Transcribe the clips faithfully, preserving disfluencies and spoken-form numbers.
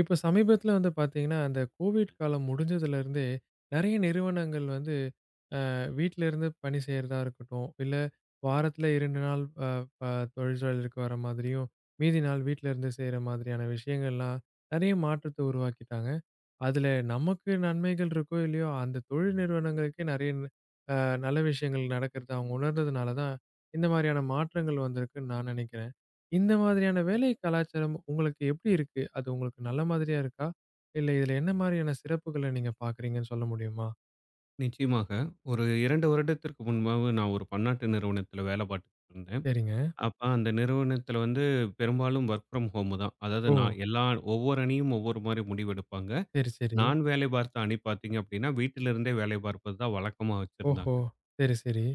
இப்ப சமீபத்துல வந்து பார்த்தீங்கன்னா, அந்த கோவிட் காலம் முடிஞ்சதுலருந்தே, நெறைய நிறுவனங்கள் வந்து அ வீட்லருந்து பணி செய்றதா இருக்கட்டும், இல்ல வாரத்துல இரண்டு நாள் அ ப தொழிற்சாலைக்கு வர மாதிரியும், மீதி நாள் வீட்லருந்து செய்ற மாதிரியான விஷயங்கள்லாம் நெறைய மாற்றத்த உருவாக்கிட்டாங்க. அதுல நமக்கு நன்மைகள் இருக்கோ இல்லையோ, அந்த தொழில் நிறுவனங்களுக்கே நெறைய அ நல்ல விஷயங்கள் நடக்கிறது அவங்க உணர்ந்ததுனால தான், இந்த மாரியான மாற்றங்கள் வந்திருக்குன்னு நான் நெனைக்கிறேன். இந்த மாதிரியான வேலை கலாச்சாரம் உங்களுக்கு எப்படி இருக்கு? அது உங்களுக்கு நல்ல மாதிரியா இருக்கா? இல்ல இதுல என்ன மாரியான சிறப்புகள நீங்க பார்க்குறீங்கன்னு சொல்ல முடியுமா? நிச்சயமாக. ஒரு இரண்டு வருடத்திற்கு முன்பாக நான் ஒரு பன்னாட்டு நிறுவனத்தில வேலை பார்த்துட்டு இருந்தேன். சரிங்க. அப்ப அந்த நிறுவனத்தில வந்து பெரும்பாலும் வொர்க் ஃப்ரம் ஹோம் தான். அதாவது ஓ! நான் எல்லா ஒவ்வொரு அணியும் ஒவ்வொரு மாரி முடிவெடுப்பாங்க. சரி, சரி. நான் வேலை பார்த்த அணி பார்த்தீங்க அப்டின்னா, வீட்டிலிருந்தே வேலை பார்ப்பது தான் வழக்கமா ஓஹோ! வச்சிருந்தாங்க. சரி, சரி.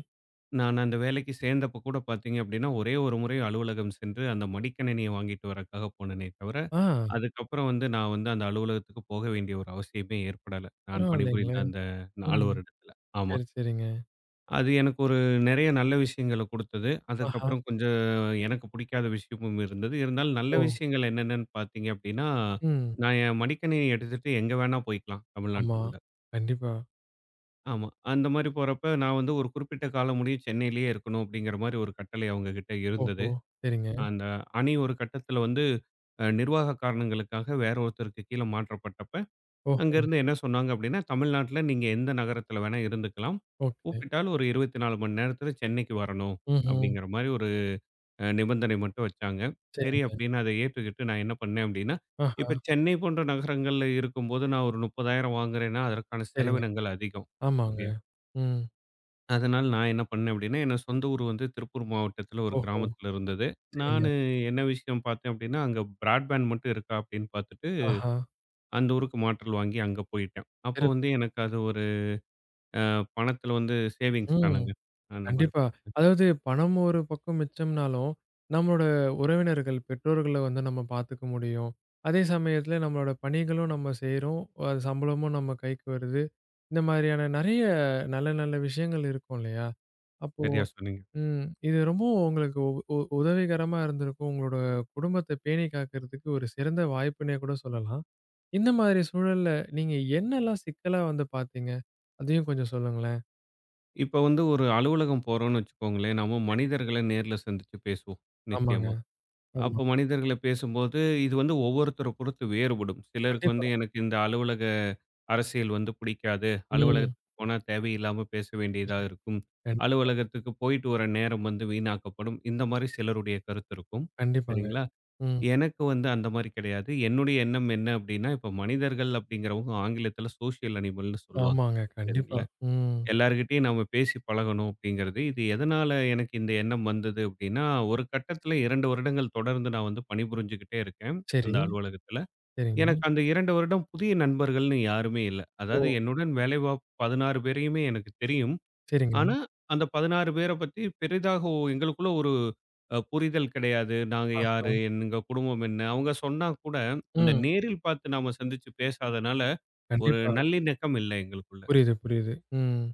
நான் அந்த வேலைக்கு சேர்ந்தப்போ கூட பார்த்தீங்க அப்டின்னா, ஒரே ஒரு முறை அலுவலகம் சென்று அந்த மடிக்கணினிய வாங்கிட்டு வரக்காக போனேனே தவிர, ஆ. அதுக்கப்புறம் வந்து நான் வந்து அந்த அலுவலகத்துக்கு போக வேண்டிய ஒரு அவசியமே ஏற்படல. நான் பணிபுரிந்த பரவாயில்லைங்களே! அந்த நான்கு ம். வருடத்தில. ஆமா. சரி, சரிங்க. அது எனக்கு ஒரு நிறைய நல்ல விஷயங்கள குடுத்தது. ஆஹா! அதுக்கப்புறம் கொஞ்சம் எனக்கு பிடிக்காத விஷயமும் இருந்தது. இருந்தாலும் நல்ல ஓ! விஷயங்கள் என்னென்னன்னு பார்த்தீங்க அப்டின்னா, ம். நான் என் மடிக்கணினிய எடுத்துட்டு எங்க வேணா போய்க்கலாம் ஆமா. தமிழ்நாட்டுக்குள்ள. கண்டிப்பா. ஆமா. அந்த மாரி போறப்ப நான் வந்து ஒரு குறிப்பிட்ட காலம் முடியும் சென்னையிலேயே இருக்கணும் அப்டிங்கிற மாரி ஒரு கட்டளை அவங்க கிட்ட இருந்தது. ஓஹோ! சரிங்க. அந்த அணி ஒரு கட்டத்தில வந்து அ நிர்வாக காரணங்களுக்காக வேற ஒருத்தருக்கு கீழ மாற்றப்பட்டப்ப ஓஹோ! அங்கேருந்து என்ன சொன்னாங்க அப்படின்னா, "தமிழ்நாட்டுல நீங்க எந்த நகரத்துல வேணா இருந்துக்கலாம். ஓகே. கூப்பிட்டால் ஒரு இருபத்தி நான்கு மணி நேரத்துல சென்னைக்கு வரணும்." ம்ஹ்ம். அப்படிங்கிற மாரி ஒரு அ நிபந்தனை மட்டும் வச்சாங்க. சரி சரிங்க. அப்படின்னு அத ஏத்துக்கிட்டு நான் என்ன பண்ணேன் அப்படின்னா, ஆஹா. இப்ப சென்னை போன்ற நகரங்கள்ல இருக்கும்போது நான் ஒரு முப்பதாயிரம் வாங்குறேன்னா, அதற்கான சரிங்க. செலவினங்கள் அதிகம் ஆமாங்க. இல்லையா? ம். அதனால நான் என்ன பண்ணேன் அப்படின்னா, என் சொந்த ஊர் வந்து திருப்பூர் மாவட்டத்துல ஒரு ஓஹோ! கிராமத்துல இருந்தது. நானு சரிங்க. என்ன விஷயம் பார்த்தேன் அப்படின்னா, அங்க பிராட்பேண்ட் மட்டும் இருக்கா அப்படின்னு பார்த்துட்டு, ஆஹா. அந்த ஊருக்கு மாற்றல் வாங்கி அங்க போயிட்டேன். அப்போ சிறப்பு. வந்து எனக்கு அது ஒரு அ பணத்தில வந்து சேவிங்ஸ் ம். தானங்க. அந்த மாரி கண்டிப்பா. அதாவது பணம் ஒரு பக்கம் மிச்சம்னாலும், நம்மளோட உறவினர்கள், பெற்றோர்கள வந்து நம்ம பார்த்துக்க முடியும். அதே சமயத்துல நம்மளோட பணிகளும் நம்ம செய்றோம். அது சம்பளமும் நம்ம கைக்கு வருது. இந்த மாதிரியான நெறைய நல்ல நல்ல விஷயங்கள் இருக்கும் இல்லையா? அப்போ சரியா சொன்னீங்க. ம். இது ரொம்பவும் உங்களுக்கு உ உதவிகரமா இருந்திருக்கும். உங்களோட குடும்பத்த பேணி காக்கிறதுக்கு ஒரு சிறந்த வாய்ப்புன்னே கூட சொல்லலாம். இந்த மாதிரி சூழல்ல நீங்க என்னெல்லாம் சிக்கலா வந்து பார்த்தீங்க? அதையும் கொஞ்சம் சொல்லுங்களேன். இப்ப வந்து ஒரு அலுவலகம் போறோம்ன்னு வச்சுக்கோங்களேன், நம்ம மனிதர்கள நேர்ல சந்திச்சு பேசுவோம், ஆமாங்க. நிச்சயமா. ஆமா. அப்போ மனிதர்கள பேசும்போது, இது வந்து ஒவ்வொருத்தர பொறுத்து வேறுபடும். சிலருக்கு கண்டிப்பா. வந்து எனக்கு இந்த அலுவலக அரசியல் வந்து பிடிக்காது. ம். அலுவலகத்துக்கு போனா தேவையில்லாம பேச வேண்டியதா இருக்கும். கண்டி அலுவலகத்துக்கு போயிட்டு வர நேரம் வந்து வீணாக்கப்படும். இந்த மாரி சிலருடைய கருத்து இருக்கும். கண்டிப்பாங்க. சரிங்களா? ம். எனக்கு வந்து அந்த மாரி கிடையாது. என்னுடைய எண்ணம் என்ன அப்டின்னா, இப்ப மனிதர்கள் அப்டிங்கிறவங்க ஆங்கிலத்தில சோசியல் அனிமல்ன்னு சொல்லுவாங்க. ஆமாங்க. கண்டிப்பா. சரிங்களா? ம். எல்லார்கிட்டயும் நம்ம பேசி பழகணும் அப்டிங்கிறது. இது எதனால எனக்கு இந்த எண்ணம் வந்தது அப்டின்னா, ஒரு கட்டத்தில இரண்டு வருடங்கள் தொடர்ந்து நான் வந்து பணிபுரிஞ்சுகிட்டே இருக்கேன், சரி. அந்த அலுவலகத்தில. சரிங்க. எனக்கு அந்த இரண்டு வருடம் புதிய நண்பர்கள்ன்னு யாருமே இல்ல. ஓ! அதாவது என்னுடன் வேலை பா பதினாறு பேரையுமே எனக்கு தெரியும். சரிங்க. ஆனா, அந்த பதினாறு பேர பத்தி பெரிதாக ஒ எங்களுக்குள்ள ஒரு அ புரிதல் கிடையாது. நாங்க ஆஹா. யாரு? எங்க குடும்பம் என்ன? அவங்க சொன்னா கூட, அந்த ம். நேரில் பார்த்து நாம சந்திச்சு பேசாதனால, ஒரு கண்டிப்பா. நல்லிணக்கம் இல்ல எங்களுக்குள்ள. புரியுது, புரியுது. ம்.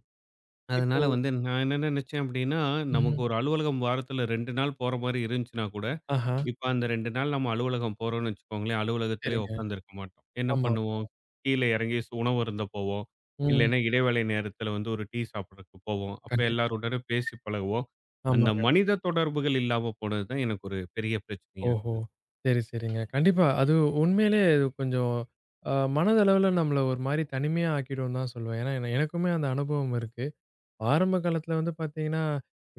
இப்போ அதனால வந்து நான் என்ன நினைச்சேன் அப்படின்னா, நமக்கு ம். ஒரு அலுவலகம் வாரத்துல இரண்டு நாள் போற மாரி இருந்துச்சுன்னா கூட, ஆஹா. இப்ப அந்த இரண்டு நாள் நம்ம அலுவலகம் போறோம்னு வச்சுக்கோங்களேன், அலுவலகத்திலே சரிங்க. உட்காந்துருக்க மாட்டோம். என்ன ஆமா. பண்ணுவோம்? கீழ இறங்கி ஸ் உணவு அருந்த போவோம். ம். இல்லைன்னா இடைவேளை நேரத்தில வந்து ஒரு டீ சாப்பிடறக்கு போவோம். அப்ப கண்டிப்பா. எல்லாருடனும் பேசி பழகுவோம். அந்த ஆமாங்க. மனித தொடர்புகள் இல்லாம போனது தான் எனக்கு ஒரு பெரிய பிரச்சனையா ஓஹோ! இருந்தது. சரி, சரிங்க. கண்டிப்பா. அது உண்மையிலே இது கொஞ்சம் அ மனதளவுல நம்மள ஒரு மாரி தனிமையா ஆக்கிடும்னு தான் சொல்லுவேன். ஏன்னா, என எனக்குமே அந்த அனுபவம் இருக்கு. ஆரம்ப காலத்துல வந்து பார்த்தீங்கன்னா,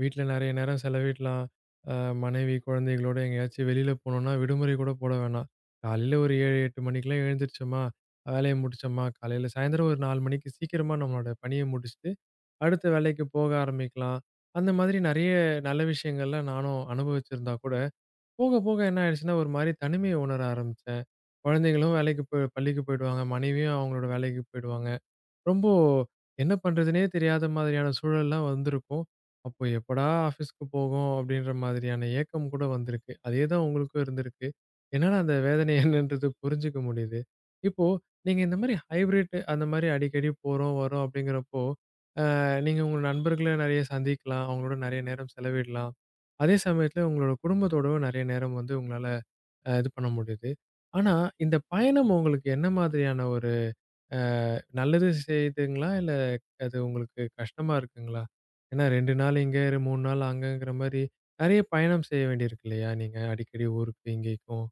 வீட்ல நெறைய நேரம் செலவிடலாம். அ மனைவி, குழந்தைகளோட எங்கேயாச்சும் வெளியில போனோம்னா, விடுமுறை கூட போட வேணாம். காலையில ஒரு ஏழு, எட்டு மணிக்கெல்லாம் எழுந்திரிச்சோமா, வேலைய முடிச்சோமா, காலையில சாயந்தரம் ஒரு நான்கு மணிக்கு சீக்கிரமா நம்மளோட பணிய முடிச்சுட்டு, அடுத்த வேலைக்கு போக ஆரம்பிக்கலாம். அந்த மாதிரி நெறைய நல்ல விஷயங்கள்லாம் நானும் அனுபவிச்சிருந்தா கூட போக, போக என்ன ஆயிடுச்சுன்னா, ஒரு மாரி தனிமைய உணர ஆரம்பிச்சேன். குழந்தைகளும் வேலைக்கு போய் பள்ளிக்கு போயிடுவாங்க. மனைவியும் அவங்களோட வேலைக்கு போயிடுவாங்க. ரொம்ப என்ன பண்றதுன்னே தெரியாத மாதிரியான சூழல்லாம் வந்திருக்கும். அப்போ எப்படா ஆஃபீஸ்க்கு போகும் அப்படின்ற மாதிரியான ஏக்கம் கூட வந்திருக்கு. அதே தான் உங்களுக்கும் இருந்திருக்கு. என்னால அந்த வேதனை என்னன்றது புரிஞ்சுக்க முடியுது. இப்போ நீங்க இந்த மாரி ஹைபிரிட் அந்த மாரி அடிக்கடி போறோம், வரோம் அப்படிங்கிறப்போ, அ நீங்க உங்க நண்பர்கள நெறைய சந்திக்கலாம். அவங்களோட நெறைய நேரம் செலவிடலாம். அதே சமயத்துல உங்களோட குடும்பத்தோடவும் நெறைய நேரம் வந்து உங்களால அ இது பண்ண முடியுது. ஆனா, இந்த பயணம் உங்களுக்கு என்ன மாதிரியான ஒரு அ நல்லது செய்துங்களா? இல்ல அது உங்களுக்கு கஷ்டமா இருக்குங்களா? ஏன்னா இரண்டு நாள் இங்க, மூன்று நாள் அங்கங்கிற மாரி நெறைய பயணம் செய்ய வேண்டியிருக்கு இல்லையா? நீங்க அடிக்கடி ஊருக்கு இங்கேக்கும்.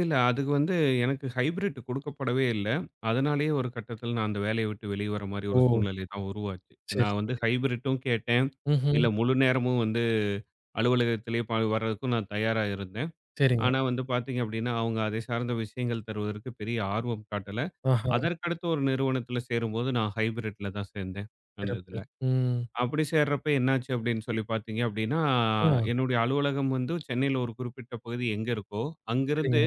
இல்ல அதுக்கு வந்து எனக்கு ஹைபிரிட் குடுக்கப்படவே இல்ல. அதனாலேயே ஒரு கட்டத்தில நான் அந்த வேலைய விட்டு வெளிய வர மாரி ஒரு ஓ! சூழ்நிலை தான் உருவாச்சு. சரி, நான் வந்து சரி. ஹைபிரிட்டும் கேட்டேன். ம்ஹ்ம். இல்ல முழு நேரமும் வந்து அலுவலகத்திலேயே ப வர்றதுக்கும் நான் தயாரா இருந்தேன். சரிங்க. ஆனா வந்து பார்த்தீங்க அப்படின்னா, அவங்க அதை சார்ந்த விஷயங்கள் தருவதற்கு பெரிய ஆர்வம் காட்டல. ஆஹா, அதற்கடுத்து ஒரு நிறுவனத்தில சேரும்போது நான் ஹைபிரிட்ல தான் சேர்ந்தேன், அந்த சிறப்பு. இதில. ம். அப்படி சேர்றப்ப என்னாச்சு அப்படின்னு சொல்லி பார்த்தீங்க அப்படின்னா, ஆ, என்னுடைய அலுவலகம் வந்து சென்னையில ஒரு குறிப்பிட்ட பகுதி எங்க இருக்கோ, அங்கிருந்து சரிங்க.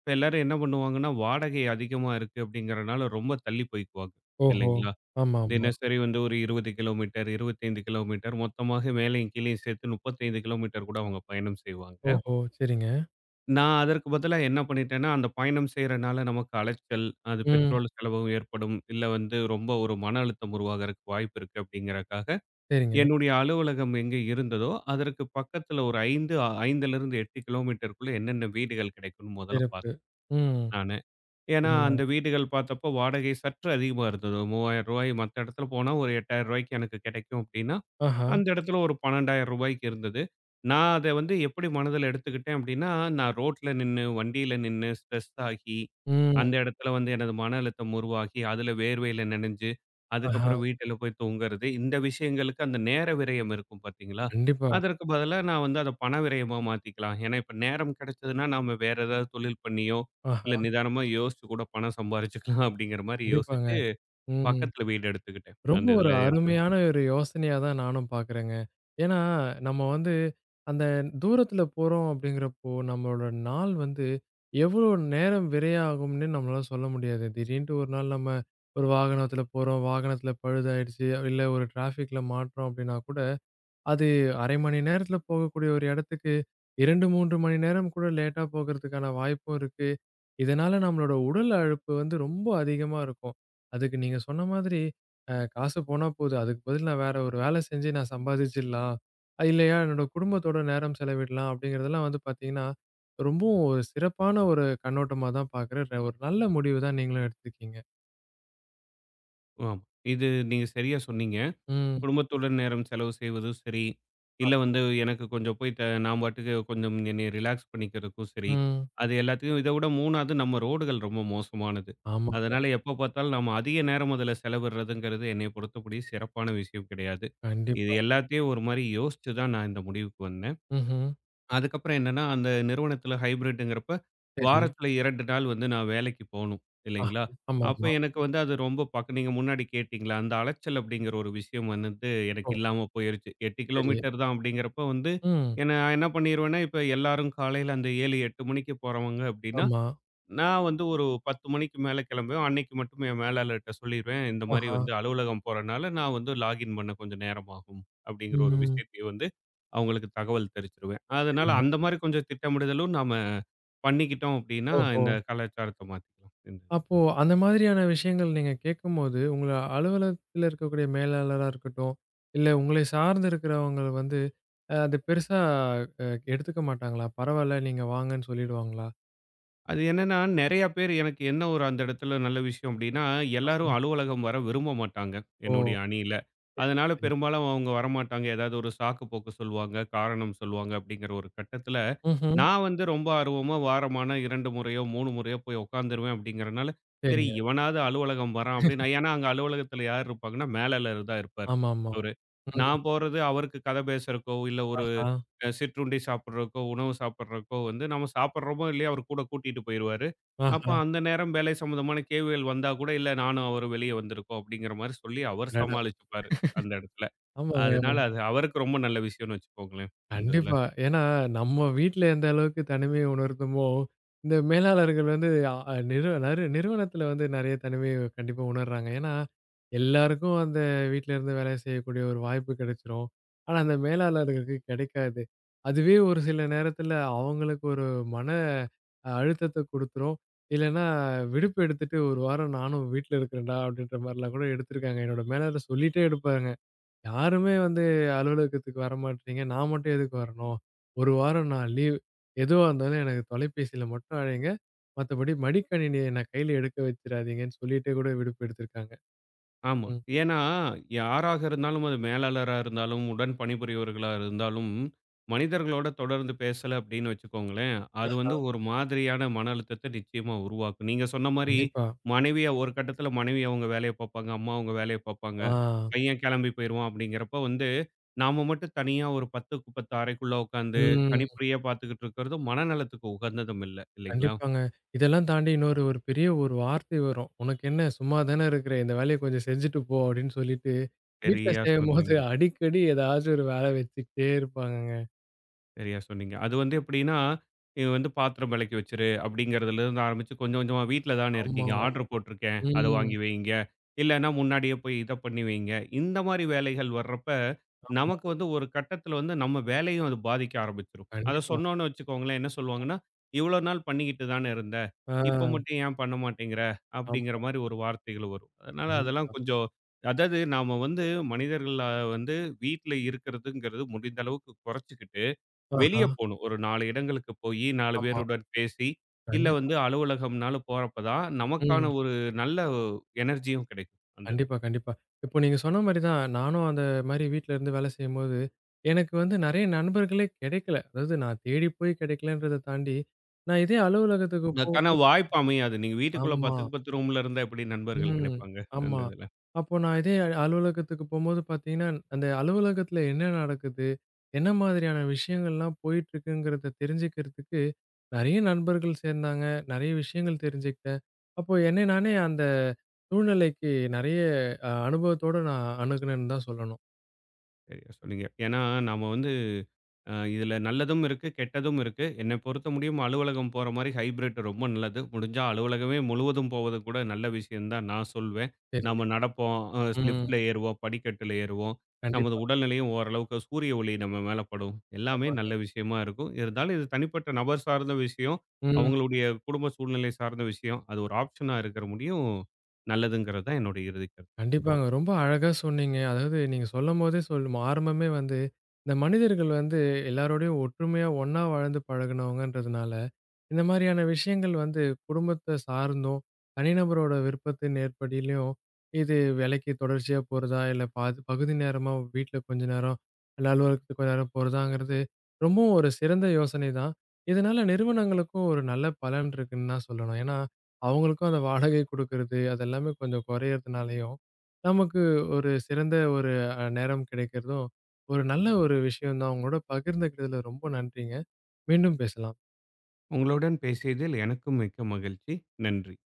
இப்ப எல்லாரும் என்ன பண்ணுவாங்கன்னா, வாடகை அதிகமா இருக்கு அப்படிங்கிறனால ரொம்ப தள்ளி போய்க்குவாங்க, ஓஹோ! இல்லைங்களா? ஆமாமா. தினசரி வந்து ஒரு இருபது கிலோமீட்டர், இருபத்தி ஐந்து கிலோமீட்டர் மொத்தமாக மேலயும் கீழயும் சேர்த்து முப்பத்தி ஐந்து கிலோமீட்டர் கூட அவங்க பயணம் செய்வாங்க. ஓஹோ! சரிங்க. நான் அதற்கு பதிலா என்ன பண்ணிட்டேன்னா, அந்த பயணம் செய்றனால நமக்கு அலைச்சல், அது ம். பெட்ரோல் செலவும் ஏற்படும். இல்ல வந்து ரொம்ப ஒரு மன அழுத்தம் உருவாகுறதுக்கு வாய்ப்பு இருக்கு அப்படிங்கிறக்காக, சரிங்க. என்னுடைய அலுவலகம் எங்கே இருந்ததோ, அதற்கு பக்கத்துல ஒரு ஐந்து, 5லிருந்து எட்டு கிலோமீட்டருக்குள்ள என்னென்ன வீடுகள் கிடைக்கும்னு முதல்ல சிறப்பு. பார்த்தேன் ம். நானு. ஏன்னா, சரிங்க. அந்த வீடுகள் பார்த்தப்போ வாடகை சற்று அதிகமா இருந்தது. ரூ. மூவாயிரம் மத்த இடத்துல போனா ஒரு ரூ. எட்டாயிரம் எனக்கு கிடைக்கும் அப்படின்னா, ஆஹா. அந்த இடத்துல ஒரு ரூ. பன்னிரண்டாயிரம் இருந்தது. நான் அத வந்து எப்படி மனதில எடுத்துக்கிட்டேன் அப்படின்னா, நான் ரோட்ல நின்னு, வண்டியில நின்னு ஸ்ட்ரெஸ் ஆகி, ம். அந்த இடத்துல வந்து எனது மன அழுத்தம் உருவாகி, அதுல வேர்வையில நனைஞ்சு, ஆஹா. அதுக்கப்புறம் வீட்டில போய் தூங்குறது, இந்த விஷயங்களுக்கு அந்த நேர விரயம் இருக்கும் பார்த்தீங்களா? கண்டிப்பா. அதற்கு பதிலா நான் வந்து அத பண விரயமா மாத்திக்கலாம். ஏன்னா, இப்ப நேரம் கிடைச்சதுன்னா நாம வேற ஏதாவது தொழில் பண்ணியோ இல்ல ஆஹா. நிதானமா யோசிச்சு கூட பணம் சம்பாரிச்சுக்கலாம் அப்படிங்கிற மாரி கண்டிப்பாங்க. யோசிச்சு, ம். பக்கத்துல வீடு எடுத்துக்கிட்டேன். ரொம்ப அந்த ஒரு இதுல இருந்து. அருமையான ஒரு யோசனையா தான் நானும் பார்க்குறேங்க. ஏன்னா, நம்ம வந்து அந்த தூரத்தில போறோம் அப்படிங்கிறப்போ, நம்மளோட நாள் வந்து எவ்வளோ நேரம் விரையாகும்னு நம்மளால சொல்ல முடியாது. திடீர்ன்ட்டு ஒரு நாள் நம்ம ஒரு வாகனத்தில போறோம், வாகனத்தில பழுதாயிடுச்சு, இல்ல ஒரு டிராஃபிக்ல மாட்றோம் அப்படின்னா கூட, அது அரை மணி நேரத்தில போகக்கூடிய ஒரு இடத்துக்கு இரண்டு, மூன்று மணி நேரம் கூட லேட்டா போகறதுக்கான வாய்ப்பும் இருக்கு. இதனால நம்மளோட உடல் அழுப்பு வந்து ரொம்ப அதிகமா இருக்கும். அதுக்கு நீங்க சொன்ன மாதிரி, அ காசு போனா போது. அதுக்கு பதில் நான் வேற ஒரு வேலை செஞ்சு நான் சம்பாதிச்சிடலாம். அ இல்லையா என்னோட குடும்பத்தோட நேரம் செலவிடலாம் அப்படிங்கிறதெல்லாம் வந்து பார்த்தீங்கன்னா, ரொம்பவும் ஒரு சிறப்பான ஒரு கண்ணோட்டமா தான் பார்க்குறேன். ர ஒரு நல்ல முடிவு தான் நீங்களும் எடுத்திருக்கீங்க. ஆமா. இது நீங்க சரியா சொன்னீங்க. ம், குடும்பத்துடன் நேரம் செலவு செய்வதும் சரி, இல்ல வந்து எனக்கு கொஞ்சம் போய் த நான் பாட்டுக்கு கொஞ்சம் என்னைய ரிலாக்ஸ் பண்ணிக்கிறதுக்கும் சரி, ம். அது எல்லாத்தையும் இத விட 3வது நம்ம ரோடுகள் ரொம்ப மோசமானது. ஆமா, அதனால எப்ப பார்த்தாலும் நம்ம அதிக நேரம் அதுல செலவிடுறதுங்கிறது என்னைய பொறுத்தபடி சிறப்பான விஷயம் கிடையாது. இது கண்டிப்பா. எல்லாத்தையும் ஒரு மாரி யோசிச்சு தான் நான் இந்த முடிவுக்கு வந்தேன். ம்ஹ்ம். அதுக்கப்புறம் என்னன்னா, அந்த நிறுவனத்தில ஹைபிரிட்ங்கிறப்ப, சரி. வாரத்தில இரண்டு நாள் வந்து நான் வேலைக்கு போணும், ஆஹா. இல்லைங்களா? அப்ப ஆமாமா. எனக்கு வந்து அது ரொம்ப பக்க நீங்க முன்னாடி கேட்டீங்கல்ல, அந்த அலைச்சல் அப்படிங்கிற ஒரு விஷயம் வந்துட்டு எனக்கு ஓ! இல்லாம போயிருச்சு. எட்டு சரி. கிலோமீட்டர் தான் அப்படிங்கிறப்ப வந்து, ம். என்ன நான் என்ன பண்ணிருவேன்னா, இப்ப எல்லாரும் காலையில அந்த ஏழு, எட்டு மணிக்கு போறவங்க அப்படின்னா, ஆமா. நான் வந்து ஒரு பத்து மணிக்கு மேல கிளம்புவேன். அன்னைக்கு மட்டும் என் மேலாளர்ட்ட சொல்லிருவேன். இந்த மாரி ஆஹா. வந்து அலுவலகம் போறனால, நான் வந்து லாகின் பண்ண கொஞ்சம் நேரம் ஆகும். அப்படிங்கிற ஒரு ம். விஷயத்தை வந்து அவங்களுக்கு தகவல் தெரிவிச்சுருவேன். அதனால சரிங்க. அந்த மாரி கொஞ்சம் திட்டமிடுதலும் நாம பண்ணிக்கிட்டோம் அப்படின்னா, ஓஹோ! இந்த கலாச்சாரத்த மாத்திக்கலாம். இந்த அப்போ அந்த மாதிரியான விஷயங்கள் நீங்க கேட்கும்போது, உங்கள அலுவலகத்தில இருக்கக்கூடிய மேலாளரா இருக்கட்டும், இல்ல உங்களை சார்ந்து இருக்கிறவங்க வந்து அ அது பெருசா அ எடுத்துக்க மாட்டாங்களா? பரவால்ல நீங்க வாங்கன்னு சொல்லிடுவாங்களா? அது என்னன்னா, நெறைய பேர் எனக்கு என்ன ஒரு அந்த இடத்துல நல்ல விஷயம் அப்படின்னா, எல்லாரும் ஆஹ. அலுவலகம் வர விரும்ப மாட்டாங்க, என்னுடைய ஓ! அணியில. அதனால பெரும்பாலும் அவங்க வரமாட்டாங்க. ஏதாவது ஒரு சாக்கு போக்கு சொல்லுவாங்க, காரணம் சொல்லுவாங்க அப்படிங்கிற ஒரு கட்டத்துல ம்ஹ்ம். நான் வந்து ரொம்ப ஆர்வமா வாரமான இரண்டு முறையோ, மூன்று முறையோ போய் உட்காந்துருவேன் அப்படிங்கிறனால, சரி சரிங்க. இவனாவது அலுவலகம் வரான் அப்படின்னு ஏன்னா அங்க அலுவலகத்துல யார் இருப்பாங்கன்னா, மேலாளர் தான் இருப்பார் ஆமாமா. அவரு. ம். நான் போறது அவருக்கு கதை பேசுறக்கோ, இல்ல ஒரு ஆஹா. அ சிற்றுண்டி சாப்பிடுறக்கோ, உணவு சாப்பிடுறக்கோ வந்து நம்ம சாப்பிடுறோமோ இல்லையோ அவர் கூட கூட்டிட்டு போயிருவாரு. அப்ப ஆஹா. அந்த நேரம் வேலை சம்பந்தமான கேள்விகள் வந்தா கூட, இல்ல நானும் அவரும் வெளிய வந்திருக்கோம் அப்படிங்கிற மாரி சொல்லி அவர் அடடா! சமாளிச்சுப்பாரு அந்த இடத்துல. ஆமாங்க. அதனால அது அவருக்கு ரொம்ப நல்ல விஷயம்னு வச்சுக்கோங்களேன், இந்த இதுல. கண்டிப்பா. ஏன்னா, நம்ம வீட்ல எந்த அளவுக்கு தனிமைய உணர்ந்தோமோ, இந்த மேலாளர்கள் வந்து அ அ, நிறு நறு நிறுவனத்தில வந்து நெறைய தனிமைய கண்டிப்பா உணர்றாங்க. ஏன்னா, எல்லாருக்கும் அந்த வீட்ல இருந்து வேலை செய்யக்கூடிய ஒரு வாய்ப்பு கிடைச்சிரும். ஆனா, அந்த மேலாளர்களுக்கு கிடைக்காது. அதுவே ஒரு சில நேரத்தில அவங்களுக்கு ஒரு மன அழுத்தத்த குடுத்துரும். இல்லன்னா, விடுப்பு எடுத்துட்டு ஒரு வாரம் நானும் வீட்ல இருக்கிறேன்டா! அப்படின்ற மாரிலாம் கூட எடுத்திருக்காங்க. என்னோட மேலாளர் சொல்லிட்டே எடுப்பாங்க. யாருமே வந்து அலுவலகத்துக்கு வரமாட்றீங்க. நான் மட்டும் எதுக்கு வரணும்? ஒரு வாரம் நான் லீவ். எதுவா இருந்தாலும் எனக்கு தொலைபேசியில மட்டும் அழைங்க. மத்தபடி மடிக்கணினிய நான் கையில எடுக்க வச்சுறாதீங்கன்னு சொல்லிட்டே கூட விடுப்பு எடுத்திருக்காங்க. ஆமா. ம். ஏன்னா, யாராக இருந்தாலும் அது மேலாளரா இருந்தாலும், உடன் பணிபுரியவர்களா இருந்தாலும், மனிதர்களோட தொடர்ந்து பேசல அப்படின்னு வச்சுக்கோங்களேன், அது வந்து ஒரு மாதிரியான மன அழுத்தத்த நிச்சயமா உருவாக்கும். நீங்க சொன்ன மாரி, கண்டிப்பா. மனைவியா ஒரு கட்டத்தில மனைவி அவங்க வேலைய பாப்பாங்க, அம்மா அவங்க வேலைய பாப்பாங்க, ஆ. பையன் கிளம்பி போயிருவான் அப்படிங்கிறப்ப வந்து, நாம மட்டும் தனியா ஒரு 10க்கு பத்து அறைக்குள்ள உட்காந்து, ம். கணிப்பொறியா பார்த்துக்கிட்டு இருக்கிறதும் மனநலத்துக்கு உகந்ததும் இல்ல. இல்லைங்களா? கண்டிப்பாங்க. இதெல்லாம் தாண்டி இன்னொரு ஒரு பெரிய ஒரு வார்த்தை வரும். "உனக்கு என்ன சும்மா தானே இருக்கிற. இந்த வேலைய கொஞ்சம் செஞ்சுட்டு போ" அப்படின்னு சொல்லிட்டு, வீட்ல சரியா செய்யும்போது சொன்னீங்க. அடிக்கடி ஏதாச்சும் ஒரு வேல வச்சுக்கிட்டே இருப்பாங்கங்க. சரியா சொன்னீங்க. அது வந்து எப்படின்னா, இது வந்து பாத்திரம் வெளக்கி வச்சுரு அப்படிங்கிறதுலருந்து ஆரம்பிச்சு கொஞ்சம் கொஞ்சமா வீட்ல தானே ஆமா. இருக்கீங்க. ஆர்டர் போட்டிருக்கேன், அத ம். வாங்கி வைங்க. இல்லன்னா முன்னாடியே போய் இத பண்ணி வைங்க. இந்த மாரி வேலைகள் வர்றப்ப, ஆமா. நமக்கு வந்து ஒரு கட்டத்துல வந்து நம்ம வேலையும் அது பாதிக்க ஆரம்பிச்சுரும். அத கண்டிப்பா. சொன்னோம்னு வச்சுக்கோங்களேன், என்ன சொல்லுவாங்கன்னா, "இவ்வளோ நாள் பண்ணிக்கிட்டு தானே இருந்த. இப்ப ஆ. மட்டும் ஏன் பண்ண மாட்டேங்கிற?" ஆமா. அப்படிங்கிற மாரி ஒரு வார்த்தைகள் வரும். அதனால அதெல்லாம் கண்டிப்பா. கொஞ்சம் அதாவது நாம வந்து மனிதர்கள வந்து வீட்ல இருக்கிறதுங்கிறது முடிந்த அளவுக்கு குறைச்சுக்கிட்டு வெளிய ஆஹா. போணும். ஒரு நான்கு இடங்களுக்கு போயி நான்கு ஆமா. பேருடன் பேசி, இல்ல வந்து கண்டிப்பா. அலுவலகம்னாலும் போறப்ப தான் ம். நமக்கான ஒரு நல்ல எனர்ஜியும் கிடைக்கும் அந்த இதுல. கண்டிப்பா, கண்டிப்பா. இப்போ நீங்க சொன்ன மாரி தான், நானும் அந்த மாரி வீட்ல இருந்து வேலை செய்யும்போது, எனக்கு வந்து நெறைய நண்பர்களே கெடைக்கல. அதாவது நான் தேடி போய் கெடைக்கலன்றத தாண்டி, நான் இதே அலுவலகத்துக்கு போ அதுக்கான வாய்ப்பு அமையாது. நீங்க வீட்டுக்குள்ள ஆமா. 10க்கு பத்து ரூம்ல இருந்தா எப்படி நண்பர்கள் ம். கிடைப்பாங்க? அந்த ஆமா. இதுல. அப்போ நான் இதே அ- அலுவலகத்துக்கு போம்போது பார்த்தீங்கன்னா, அந்த அலுவலகத்துல என்ன நடக்குது? என்ன மாதிரியான விஷயங்கள்லாம் போயிட்டுருக்குங்கிறத தெரிஞ்சுக்கிறதுக்கு, நெறைய நண்பர்கள் சேர்ந்தாங்க. நெறைய விஷயங்கள் தெரிஞ்சுக்கிட்டேன். அப்போ என்னை நானே அந்த சூழ்நிலைக்கு நெறைய அ அனுபவத்தோட நான் அணுகுனேன்னு தான் சொல்லணும். சரியா சொன்னீங்க. ஏன்னா நாம வந்து அ இதுல நல்லதும் இருக்கு, கெட்டதும் இருக்கு. என்ன பொறுத்த முடியும் அலுவலகம் போற மாரி ஹைபிரிட் ரொம்ப நல்லது. முடிஞ்சா அலுவலகமே முழுவதும் போவது கூட நல்ல விஷயம் தான் நான் சொல்வேன். சரிங்க. நாம நடப்போம், அ ம். லிஃப்ட்ல ஏறுவோம், படிக்கட்டுல ஏறுவோம். நமது கண்டிப்பா. உடல்நிலையும் ஓரளவுக்கு சூரிய ஒளி நம்ம மேல படும். எல்லாமே ஆமாங்க. நல்ல விஷயமா இருக்கும். இருந்தாலும் இது தனிப்பட்ட நபர் சார்ந்த விஷயம். ம். அவங்களுடைய குடும்ப சூழ்நிலை சார்ந்த விஷயம். அது ஒரு ஆப்ஷனா இருக்கிற முடியும் நல்லதுங்கிறது தான் என்னோட இறுதி கருத்து. கண்டிப்பாங்க. ரொம்ப அழகா சொன்னீங்க. அதாவது நீங்க சொல்லும்போதே சொல்லும் ஆரம்பமே வந்து, இந்த மனிதர்கள் வந்து எல்லாரோடையும் ஒற்றுமையா ஒண்ணா வாழ்ந்து பழகுனவங்கன்றதுனால, இந்த மாரியான விஷயங்கள் வந்து குடும்பத்த சார்ந்தும், தனிநபரோட விருப்பத்தின் ஏற்படிலயும், இது வேலைக்கு தொடர்ச்சியா போறதா, இல்ல பாதி பகுதி நேரமா வீட்ல கொஞ்ச நேரம், இல்ல அலுவலகத்துக்கு கொஞ்ச நேரம் போறதாங்கிறது, ரொம்பவும் ஒரு சிறந்த யோசனை தான். இதனால நிறுவனங்களுக்கும் ஒரு நல்ல பலன் இருக்குன்னு தான் சொல்லணும். ஏன்னா, அவங்களுக்கும் அந்த வாடகை குடுக்குறது, அது எல்லாமே கொஞ்சம் குறையறதுனாலயும், நமக்கு ஒரு சிறந்த ஒரு அ நேரம் கிடைக்கிறதும், ஒரு நல்ல ஒரு விஷயம் தான். உங்களோட பகிர்ந்துக்கிட்டதுல ரொம்ப நன்றிங்க. மீண்டும் பேசலாம். உங்களுடன் பேசியதில் எனக்கும் மிக்க மகிழ்ச்சி. நன்றி.